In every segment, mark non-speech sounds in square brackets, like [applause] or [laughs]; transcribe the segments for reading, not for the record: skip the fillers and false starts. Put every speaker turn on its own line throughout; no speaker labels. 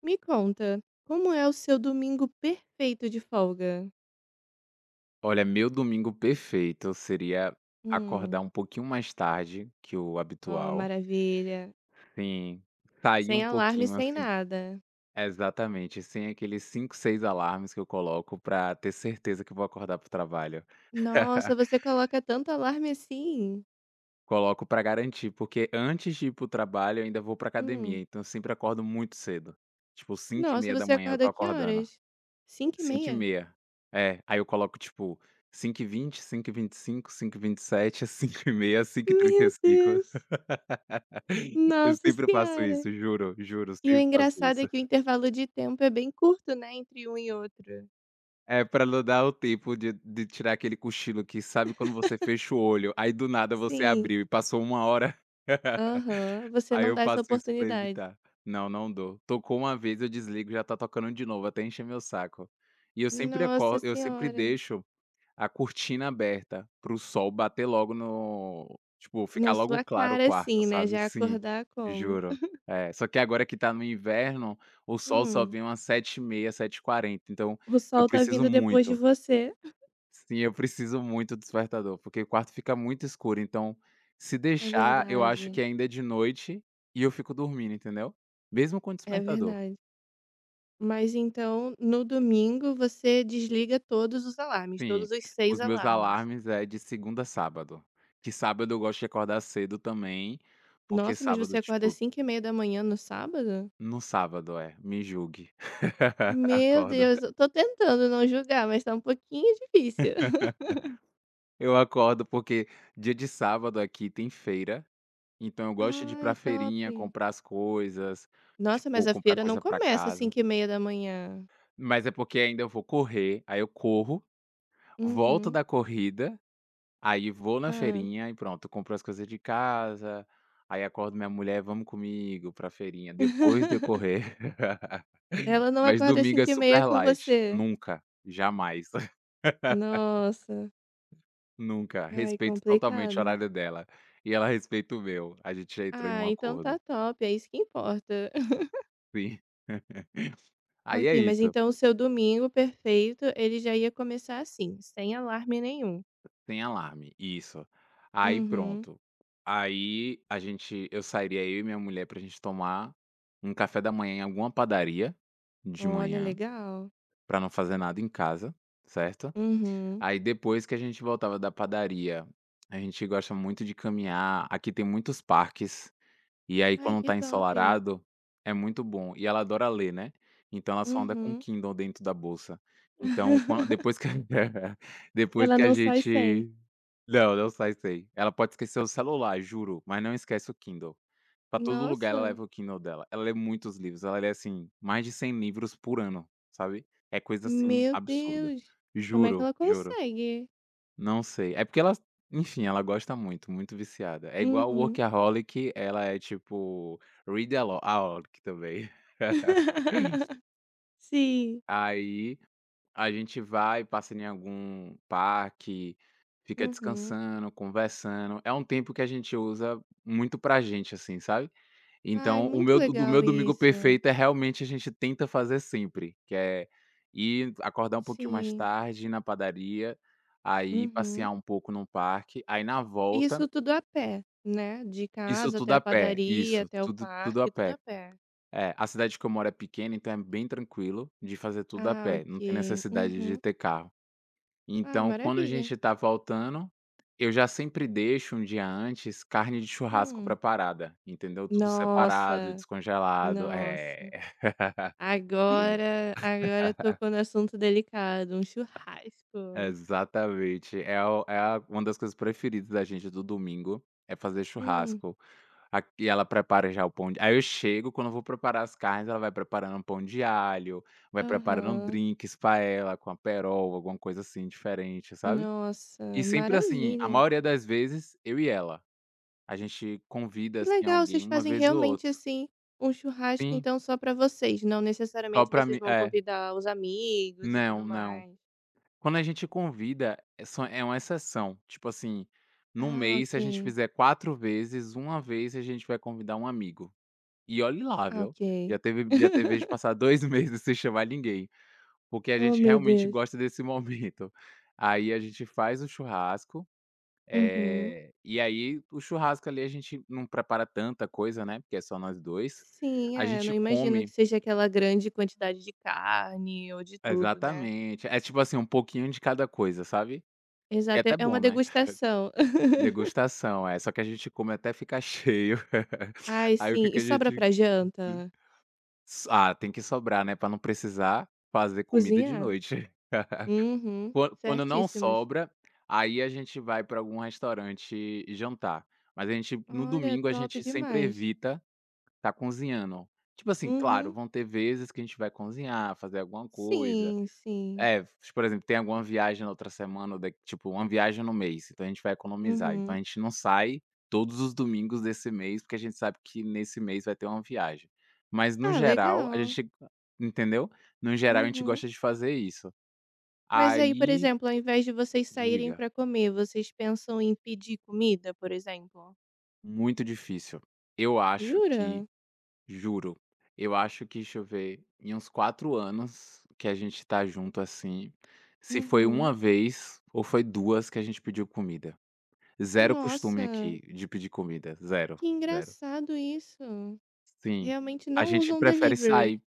Me conta, como é o seu domingo perfeito de folga?
Olha, meu domingo perfeito seria acordar
Hum,
um pouquinho mais tarde que o
ó,
habitual.
maravilha.
Sim, sair
Sem
um
alarme,
pouquinho
sem
assim
nada.
exatamente, sem aqueles 5, 6 alarmes que eu coloco pra ter certeza que vou acordar pro trabalho.
Nossa, você
[laughs]
coloca tanto alarme assim?
Coloco pra garantir, porque antes de ir pro trabalho eu ainda vou pra academia,
Hum.
então eu sempre acordo muito cedo. Tipo cinco e meia
Nossa,
da
você
manhã eu tô
acorda que
acordando.
horas? Cinco e
Cinco e
meia?
meia. É, aí eu coloco tipo cinco e vinte, cinco e vinte e cinco, cinco e vinte e sete, [laughs] cinco e meia, cinco e trinta e
Meu
cinco.
Deus!
Eu
Nossa
sempre faço
Senhora!
isso, juro, juro,
E o
sempre faço
engraçado é
isso.
que o intervalo de tempo é bem curto, né, entre um e outro.
É pra não dar o tempo de tirar aquele cochilo que sabe quando você fecha o olho, aí do nada você
Sim.
abriu e passou uma hora,
Aham,
[laughs]
você
aí
não
eu
dá essa
faço isso pra
oportunidade.
evitar. Não, não dou. Tocou uma vez, eu desligo, já tá tocando de novo, até encher meu saco. E eu sempre
Nossa
acordo, eu sempre
Senhora!
deixo a cortina aberta, para o sol bater logo no tipo, ficar
Na
logo
sua
claro o
cara
quarto,
sim, né,
sabe.
já
Sim,
acordar como:
juro.
[laughs]
É, só que agora que tá no inverno, o sol só
"Hum,
vem umas sete e meia, sete h 40 então
o
eu
sol tá
preciso
vindo depois de
muito.
você".
Sim, eu preciso muito do despertador, porque o quarto fica muito escuro, então se
É
deixar, eu acho que
verdade,
ainda é de noite e eu fico dormindo, entendeu. Mesmo com o
é
despertador.
verdade. Mas então no domingo você desliga todos os alarmes,
Sim,
todos os 6
os meus
alarmes.
alarmes é de segunda a sábado, que sábado eu gosto de acordar cedo também, porque
Nossa, mas você
sábado,
acorda às
tipo
cinco e meia da manhã no sábado?
no sábado, é, me julgue, [laughs]
Meu
acordo.
Deus, eu tô tentando não julgar, mas tá um pouquinho difícil. [laughs]
Eu acordo porque dia de sábado aqui tem feira, então eu gosto de ir
Ai,
pra
top.
feirinha, comprar as coisas,
Nossa, mas
tipo,
a
comprar
feira não
coisa pra
começa às
casa,
5h30.
mas é porque ainda eu vou correr, aí eu corro, volto
Uhum.
da corrida. Aí vou na
Hã.
feirinha e pronto, compro as coisas de casa, aí acordo minha mulher: "Vamos comigo pra feirinha", depois de eu
[laughs]
correr. [laughs]
Ela não
Mas
acorda às
domingo é
5h30
super
com
light,
você?
nunca, jamais, [laughs]
Nossa,
nunca,
ai
respeito totalmente o
complicado.
horário dela, e ela respeita o meu, a gente já entrou em
Ah,
um
então tá
acordo.
top, é isso que importa. [laughs]
Sim. [laughs] Aí é
Ok, mas
isso,
então o seu domingo perfeito, ele já ia começar assim, sem alarme nenhum.
tem alarme, isso. Aí
Uhum.
pronto, aí a gente eu sairia eu e minha mulher pra gente tomar um café da manhã em alguma padaria, de
Olha,
manhã.
legal.
Para não fazer nada em casa, certo.
Uhum.
Aí depois que a gente voltava da padaria, a gente gosta muito de caminhar, aqui tem muitos parques, e aí
Ai,
quando
que
tá
top.
ensolarado, é muito bom. E ela adora ler, né, então ela só anda com
Uhum.
Kindle dentro da bolsa. Então quan depois
[laughs]
que [laughs] depois
Ela
que a
não sai sem.
gente não, não sai sei. Ela pode esquecer o celular, juro, mas não esquece o Kindle. Pra todo lugar ela
Nossa,
leva o Kindle dela. Ela lê muitos livros, ela lê, assim, mais de 100 livros por ano, sabe. É coisa, assim,
meu
absurda.
Deus, como é que
Juro,
ela
juro.
consegue?
Não sei. É porque ela enfim, ela gosta muito, muito viciada. É igual o
Uhum.
Workaholic, ela é tipo read alo aholic também. [laughs]
[laughs] Sim.
Aí a gente vai, passa em algum parque, fica
Uhum.
descansando, conversando. É um tempo que a gente usa muito pra gente, assim, sabe.
Ai,
Então, o
muito
meu do
legal
meu domingo
isso.
perfeito é realmente a gente tenta fazer sempre, que é ir acordar um pouquinho mais
Sim.
tarde, ir na padaria, aí
Uhum.
passear um pouco num parque, aí na
E
volta
isso tudo a pé, né, de
isso
casa até
tudo
a
a pé,
padaria,
isso,
até o
tudo tudo
parque,
a
tudo
pé.
a pé.
É, a cidade que eu moro é pequena, então é bem tranquilo de fazer tudo a
Ah,
pé, não tem
ok.
necessidade de
Uhum.
ter carro.
Ah,
Então, quando a
maravilha.
gente tá voltando, eu já sempre deixo um dia antes carne de churrasco
Hum.
preparada, entendeu? Tudo separado,
Nossa,
descongelado. É.
nossa. Agora tocou no assunto delicado, um churrasco.
Exatamente. É o é a uma das coisas preferidas da gente do domingo, é fazer
Hum.
churrasco. Aqui ela prepara já o pão de aí eu chego, quando eu vou preparar as carnes, ela vai preparando um pão de alho, vai preparando um
Aham.
drinks pra ela com a aperol, alguma coisa assim diferente, sabe. E
Nossa,
sempre assim, a
maravilha.
maioria das vezes, eu e ela. A gente convida,
Que
assim,
legal, vocês
alguém uma
fazem
vez ou
realmente,
outra.
assim, um churrasco
Sim,
então só pra vocês, não
só
necessariamente
pra
vocês
mim
vão
é.
convidar os amigos e tudo
Não, não.
mais.
Quando a gente convida, é só é uma exceção. Tipo assim, no
Ah,
mês, se a gente
ok.
fizer 4 vezes, uma vez a gente vai convidar um amigo. E olhe lá,
Ah,
viu.
ok.
Já teve vez de
[laughs]
passar 2 [laughs] meses sem chamar ninguém, porque a
Oh,
gente
meu
realmente
Deus.
gosta desse [laughs] momento. Aí a gente faz o churrasco,
Uhum.
e aí o churrasco ali a gente não prepara tanta coisa, né, porque é só nós 2.
Sim,
A
é, não
gente
imagino que
come
seja aquela grande quantidade de carne ou de tudo, né.
exatamente. É tipo assim, um pouquinho de cada coisa, sabe. E é
Exato, é
até
é uma
bom, né.
degustação. [laughs]
Degustação, é. Só que a gente come até ficar cheio. [laughs]
Ai,
Aí o
sim.
que que
E
a
sobra
gente
pra janta?
ah, tem que sobrar, né, pra não precisar fazer comida de
Cozinhar?
noite. [laughs]
Uhum.
Quando não
Certíssimos.
sobra, aí a gente vai pra algum restaurante jantar. Mas a gente no
Olha,
domingo a
top
gente sempre
demais.
evita tá cozinhando. Tipo assim, claro,
Uhum.
vão ter vezes que a gente vai cozinhar, fazer alguma coisa,
Sim, sim.
é, por exemplo, tem alguma viagem na outra semana, da tipo, uma viagem no mês, então a gente vai economizar. Então
Uhum.
a gente não sai todos os domingos desse mês, porque a gente sabe que nesse mês vai ter uma viagem. Mas no
Ah,
geral, a
legal.
gente entendeu? No geral, a gente
Uhum.
gosta de fazer isso.
Mas aí, por
Aí
exemplo, ao invés de vocês saírem
diga,
para comer, vocês pensam em pedir comida, por exemplo?
muito difícil. Eu acho que
Jura?
juro, eu acho que, deixa eu ver, em uns 4 anos que a gente tá junto, assim, se foi
Uhum.
uma vez ou foi 2 que a gente pediu comida. Zero costume
Nossa,
aqui de pedir comida, zero,
que
zero.
engraçado isso.
Sim,
Realmente
a
não
gente
usam
prefere
delivery.
sair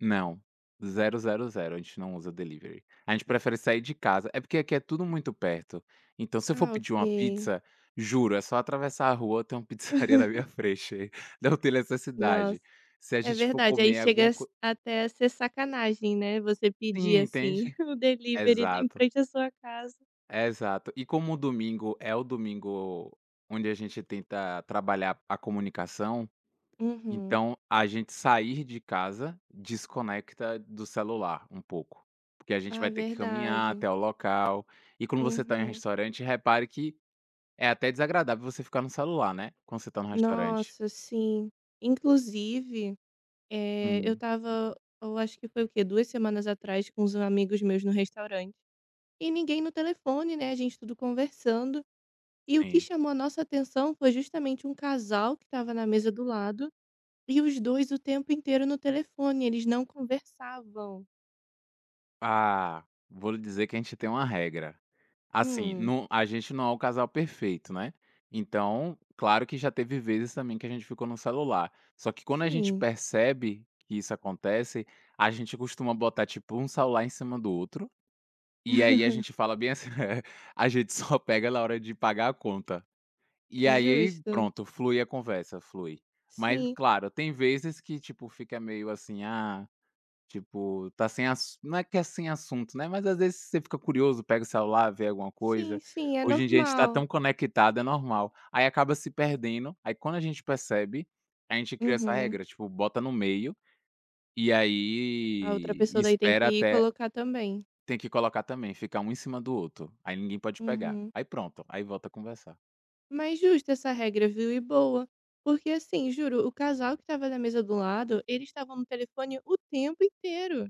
não, zero zero zero a gente não usa delivery. A gente prefere sair de casa, é porque aqui é tudo muito perto, então se eu for
Ah,
pedir uma
ok.
pizza, juro, é só atravessar a rua, tem uma [laughs] pizzaria na
[laughs]
minha frente, [laughs] não tem
Nossa,
necessidade. Se a
é
gente for
verdade. Aí
comer
chega
alguma
s-
co
até a ser sacanagem, né? Você pedir
sim,
assim
entende?
[laughs] o delivery em
Exato,
frente à sua casa.
exato. E como o domingo é o domingo onde a gente tenta trabalhar a comunicação.
Uhum.
Então, a gente sair de casa desconecta do celular um pouco, porque a gente vai
Ah,
ter que caminhar
verdade.
até o local. E quando você está em um
Uhum.
restaurante, repare que é até desagradável você ficar no celular, né, quando você está no restaurante.
Nossa, sim. Inclusive, eh, eu
Hum,
estava eu acho que foi o quê? Duas semanas atrás com uns amigos meus no restaurante, e ninguém no telefone, né, a gente tudo conversando, e o que
sim.
chamou a nossa atenção foi justamente um casal que estava na mesa do lado, e os 2 o tempo inteiro no telefone, eles não conversavam.
Ah, vou lhe dizer que a gente tem uma regra. Assim,
Hum,
não a gente não é o casal perfeito, né. Então, claro que já teve vezes também que a gente ficou no celular. Só que quando a gente
sim.
percebe que isso acontece, a gente costuma botar, tipo, um celular em cima do outro, e aí a
[laughs]
gente fala bem assim [laughs] a gente só pega na hora de pagar a conta. E aí
Justo.
pronto, flui a conversa, flui. Mas
Sim,
claro, tem vezes que, tipo, fica meio assim: "Ah, tipo, tá sem assu não é que é sem assunto, né, mas às vezes você fica curioso, pega o celular, vê alguma
sim,
coisa.
sim, é
Hoje em dia a gente tá
normal.
tão conectado, é normal. Aí acaba se perdendo, aí quando a gente percebe, a gente cria essa
Uhum.
regra, tipo, bota no meio, e
A outra
aí
pessoa daí tem que
espera
ir
até
colocar também.
tem que colocar também, ficar um em cima do outro, aí ninguém pode pegar.
Uhum.
Aí pronto, aí volta a conversar.
Mas justa essa regra, viu, e boa. Porque assim, juro, o casal que estava na mesa do lado, eles estavam no telefone o tempo inteiro.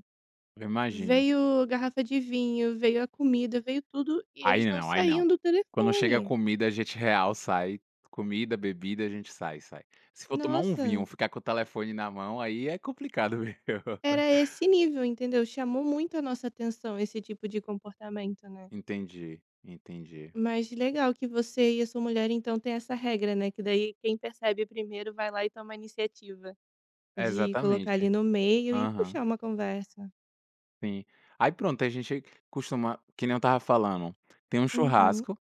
Eu imagino.
Veio garrafa de vinho, veio a comida, veio tudo e eles
Aí
não
não, aí não.
saíam do
Quando chega a
telefone.
comida, a gente real sai. Comida, bebida, a gente sai, sai. Se for tomar um vinho
Nossa,
ficar com o telefone na mão, aí é complicado viu?
era
[laughs]
esse nível, entendeu? Chamou muito a nossa atenção esse tipo de comportamento, né?
Entendi, entendi.
Mas legal que você e a sua mulher então tem essa regra, né? Que daí quem percebe primeiro vai lá e toma a iniciativa de colocar ali
Exatamente.
no meio e
Aham,
puxar uma conversa.
sim. Aí pronto, a gente costuma que nem eu estava falando, tem um
Uhum.
churrasco,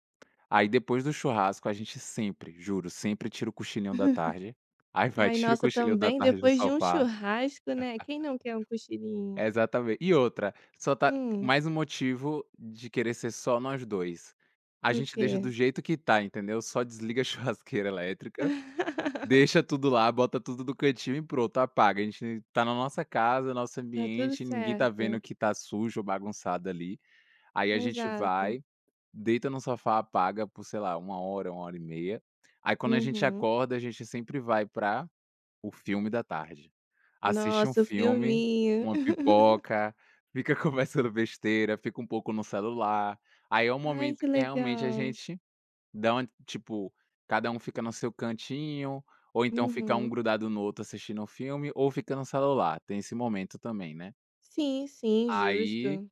aí depois do churrasco a gente sempre, juro, sempre tira o cochilinho da tarde. Aí vai,
Ai,
tira o
nossa,
cochilinho da
também
tarde do
depois de um
sofá.
churrasco, né, quem não quer um cochilinho?
Exatamente. E outra, só tá
Hum,
mais um motivo de querer ser só nós 2. A
o
gente deixa do
quê?
jeito que tá, entendeu? Só desliga a [laughs] churrasqueira elétrica,
[laughs]
deixa tudo lá, bota tudo do cantinho e pronto, apaga. A gente tá na nossa casa, nosso
Tá tudo
ambiente, ninguém tá vendo
certo.
que tá sujo ou bagunçado ali. Aí a gente
Exato.
vai, deita no sofá, apaga por, sei lá, uma hora e meia. Aí quando a gente
Uhum.
acorda, a gente sempre vai pra o filme da tarde. Assiste um
Nossa, o
filme,
filminho.
uma
[laughs]
pipoca, fica [laughs] conversando besteira, fica um pouco no celular, aí é o
Ai, que
momento que realmente a
legal.
gente dá uma tipo, cada um fica no seu cantinho, ou então fica um
Uhum.
grudado no outro assistindo um filme, ou fica no celular, tem esse momento também, né.
Sim, sim,
Aí
justo.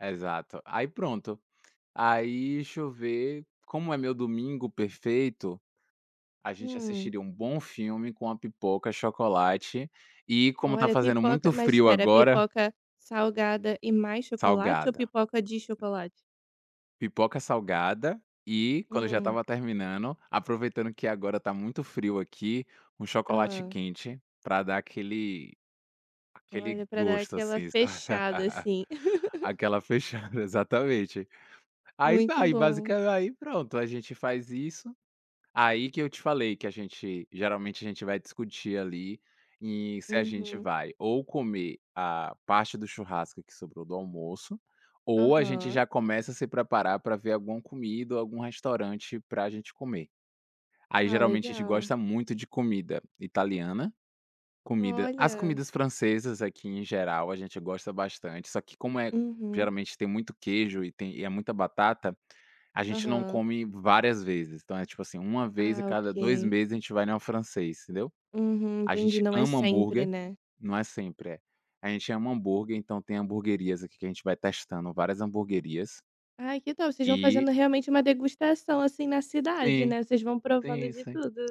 exato, aí pronto. Aí, deixa eu ver, como é meu domingo perfeito, a gente
Hum.
assistiria um bom filme com uma pipoca, chocolate e, como tá
Olha,
fazendo
pipoca
muito
mas
frio
espera,
agora,
pipoca salgada e mais chocolate ou
salgada.
pipoca de chocolate?
Pipoca salgada e, quando já
Hum.
estava terminando, aproveitando que agora tá muito frio aqui, um chocolate
Hã.
quente pra dar aquele
Olha, pra dar
gosto,
aquela
assim, sabe.
fechada,
[laughs]
assim. [laughs]
Aquela fechada, exatamente. Aí
Muito
aí
bom.
basicamente aí pronto, a gente faz isso. Aí que eu te falei que a gente geralmente a gente vai discutir ali, e se a gente
Uhum.
vai ou comer a parte do churrasco que sobrou do almoço, ou a gente
Aham.
já começa a se preparar para ver alguma comida ou algum restaurante para a gente comer. Aí
Ah,
geralmente a gente
legal.
gosta muito de comida italiana. Comida. As
Olha.
comidas francesas aqui em geral a gente gosta bastante, só que como é
Uhum.
geralmente tem muito queijo e tem e é muita batata, a gente não
Aham.
come várias vezes, então é tipo assim, uma vez a
Ah,
cada 2
ok.
meses a gente vai em um francês, entendeu.
Uhum,
A
entendi,
gente
não é
ama
sempre,
hambúrguer,
né.
não é sempre, é. A gente ama hambúrguer, então tem hamburguerias aqui que a gente vai testando várias hamburguerias
Ai, que tal vocês vão
e
fazendo realmente uma degustação, assim, na cidade,
sim,
né, vocês vão provando
sim,
de
sim.
tudo.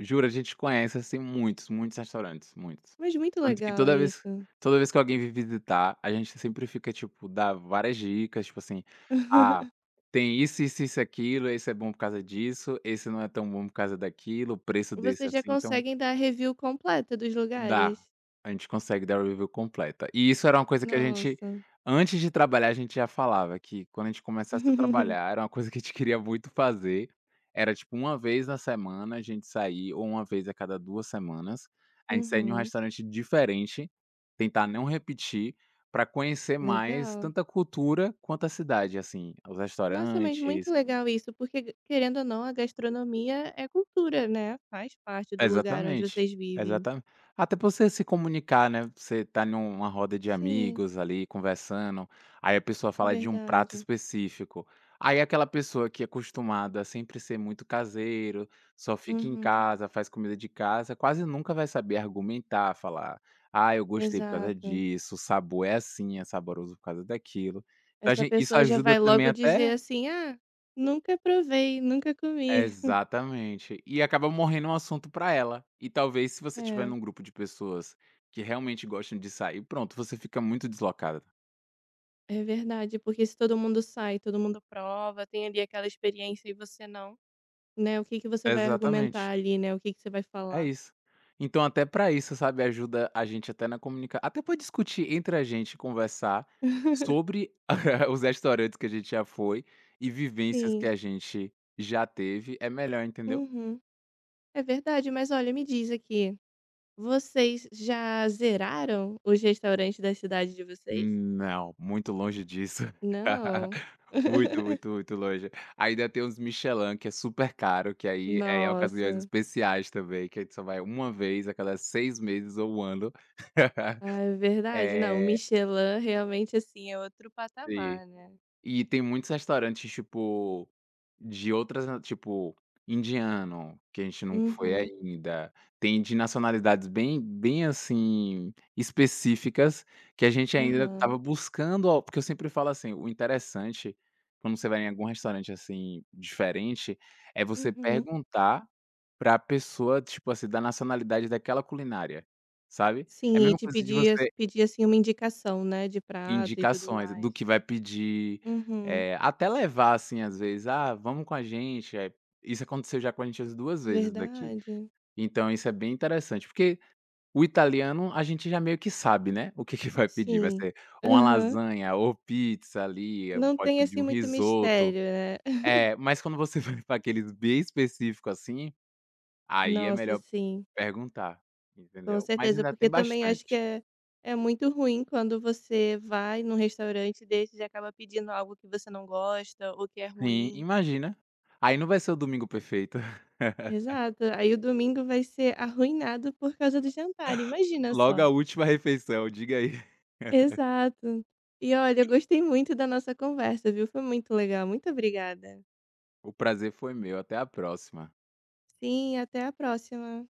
Juro, a gente conhece, assim, muitos, muitos restaurantes, muitos.
Mas muito
Tanto que
legal
toda vez
isso.
toda vez que alguém vem visitar, a gente sempre fica, tipo, dá várias dicas, tipo assim: "Ah,
[laughs]
tem isso, isso, isso aquilo, esse é bom por causa disso, esse não é tão bom por causa daquilo, o preço desse
Vocês
é
já
assim". Então
conseguem dar a review completa dos
dá,
lugares.
a gente consegue dar o review completa. E isso era uma coisa que a gente
Nossa.
antes de trabalhar, a gente já falava que quando a gente começasse a
[laughs]
trabalhar, era uma coisa que a gente queria muito fazer, era tipo uma vez na semana a gente sair ou uma vez a cada 2 semanas, a gente sair em um
Uhum.
restaurante diferente, tentar não repetir, para conhecer mais
Legal.
tanto a cultura quanto a cidade, assim, os
Nossa, mas muito
restaurantes.
legal isso, porque querendo ou não, a gastronomia é cultura, né, faz parte do lugar onde
Exatamente,
vocês vivem.
exatamente, até pra você se comunicar, né, você tá numa roda de
Sim,
amigos ali conversando, aí a pessoa fala de um prato
verdade.
específico, aí aquela pessoa que é acostumada a sempre ser muito caseiro, só fica em
Uhum,
casa, faz comida de casa, quase nunca vai saber argumentar, falar: "Ah, eu gostei por causa
exato.
disso, o sabor é assim, é saboroso por causa daquilo". Então a
Essa
gen isso
pessoa já
ajuda
vai
também
logo dizer
até.
assim: "Ah, nunca provei, nunca comi".
Exatamente. E acaba morrendo um assunto pra ela. E talvez se você tiver
É,
num grupo de pessoas que realmente gostam de sair, pronto, você fica muito deslocada.
é verdade, porque se todo mundo sai, todo mundo prova, tem ali aquela experiência e você não, né, o que que você vai argumentar
Exatamente.
ali, né, o que que você vai
É
falar.
isso. Então até pra isso, sabe, ajuda a gente até na comunicação até pra discutir entre a gente, conversar
[laughs]
sobre [laughs] os restaurantes que a gente já foi e vivências que
Sim,
a gente já teve, é melhor, entendeu?
uhum. É verdade, mas olha, me diz aqui. Vocês já zeraram os restaurantes da cidade de vocês?
Não, muito longe disso.
Não?
[laughs] Muito,
[laughs]
muito, muito longe. Ainda tem os Michelin, que é super caro, que aí é em ocasiões
Nossa.
especiais também, que a gente só vai uma vez a cada 6 meses ou 1 ano. [laughs]
Ah, é verdade. Não,
É,
Michelin realmente, assim, é outro
sim.
patamar, né.
E tem muitos restaurantes, tipo, de outras na tipo, indiano, que a gente nunca foi
Uhum.
ainda. Tem de nacionalidades bem bem, assim, específicas, que a gente ainda
Aham.
estava buscando al porque eu sempre falo assim, o interessante, quando você vai em algum restaurante, assim, diferente, é você
Uhum.
perguntar pra pessoa, tipo assim, da nacionalidade daquela culinária, sabe. É a
Sim, e
mesma
te
coisa de
pedir as
você.
pedir, assim, uma indicação, né, de prato e tudo
Indicações
mais.
do que vai pedir,
Uhum.
até levar, assim, às vezes: "Ah, vamos com a gente", isso aconteceu já com a gente as 2 vezes daqui.
Verdade.
Então isso é bem interessante, porque o italiano a gente já meio que sabe, né, o que que vai pedir, vai
Sim.
ser ou uma
Aham.
lasanha ou pizza ali,
Não
pode
tem,
pedir
assim,
um
muito
risoto.
mistério, né. [laughs]
É, mas quando você [laughs] vai para aqueles bem específico, assim, aí é
Nossa,
melhor
sim.
perguntar,
Com
entendeu. Mas
certeza,
ainda tem
porque também acho que
bastante.
é muito ruim quando você vai num restaurante desses e acaba pedindo algo que você não gosta ou que é
Sim,
ruim.
imagina. Aí não vai ser o domingo perfeito. [laughs]
Exato, aí o domingo vai ser arruinado por causa do jantar, imagina
Logo
só.
a última refeição, diga aí. [laughs]
Exato. E olha, eu gostei muito da nossa conversa, viu? Foi muito legal, muito obrigada.
O prazer foi meu, até a próxima.
Sim, até a próxima.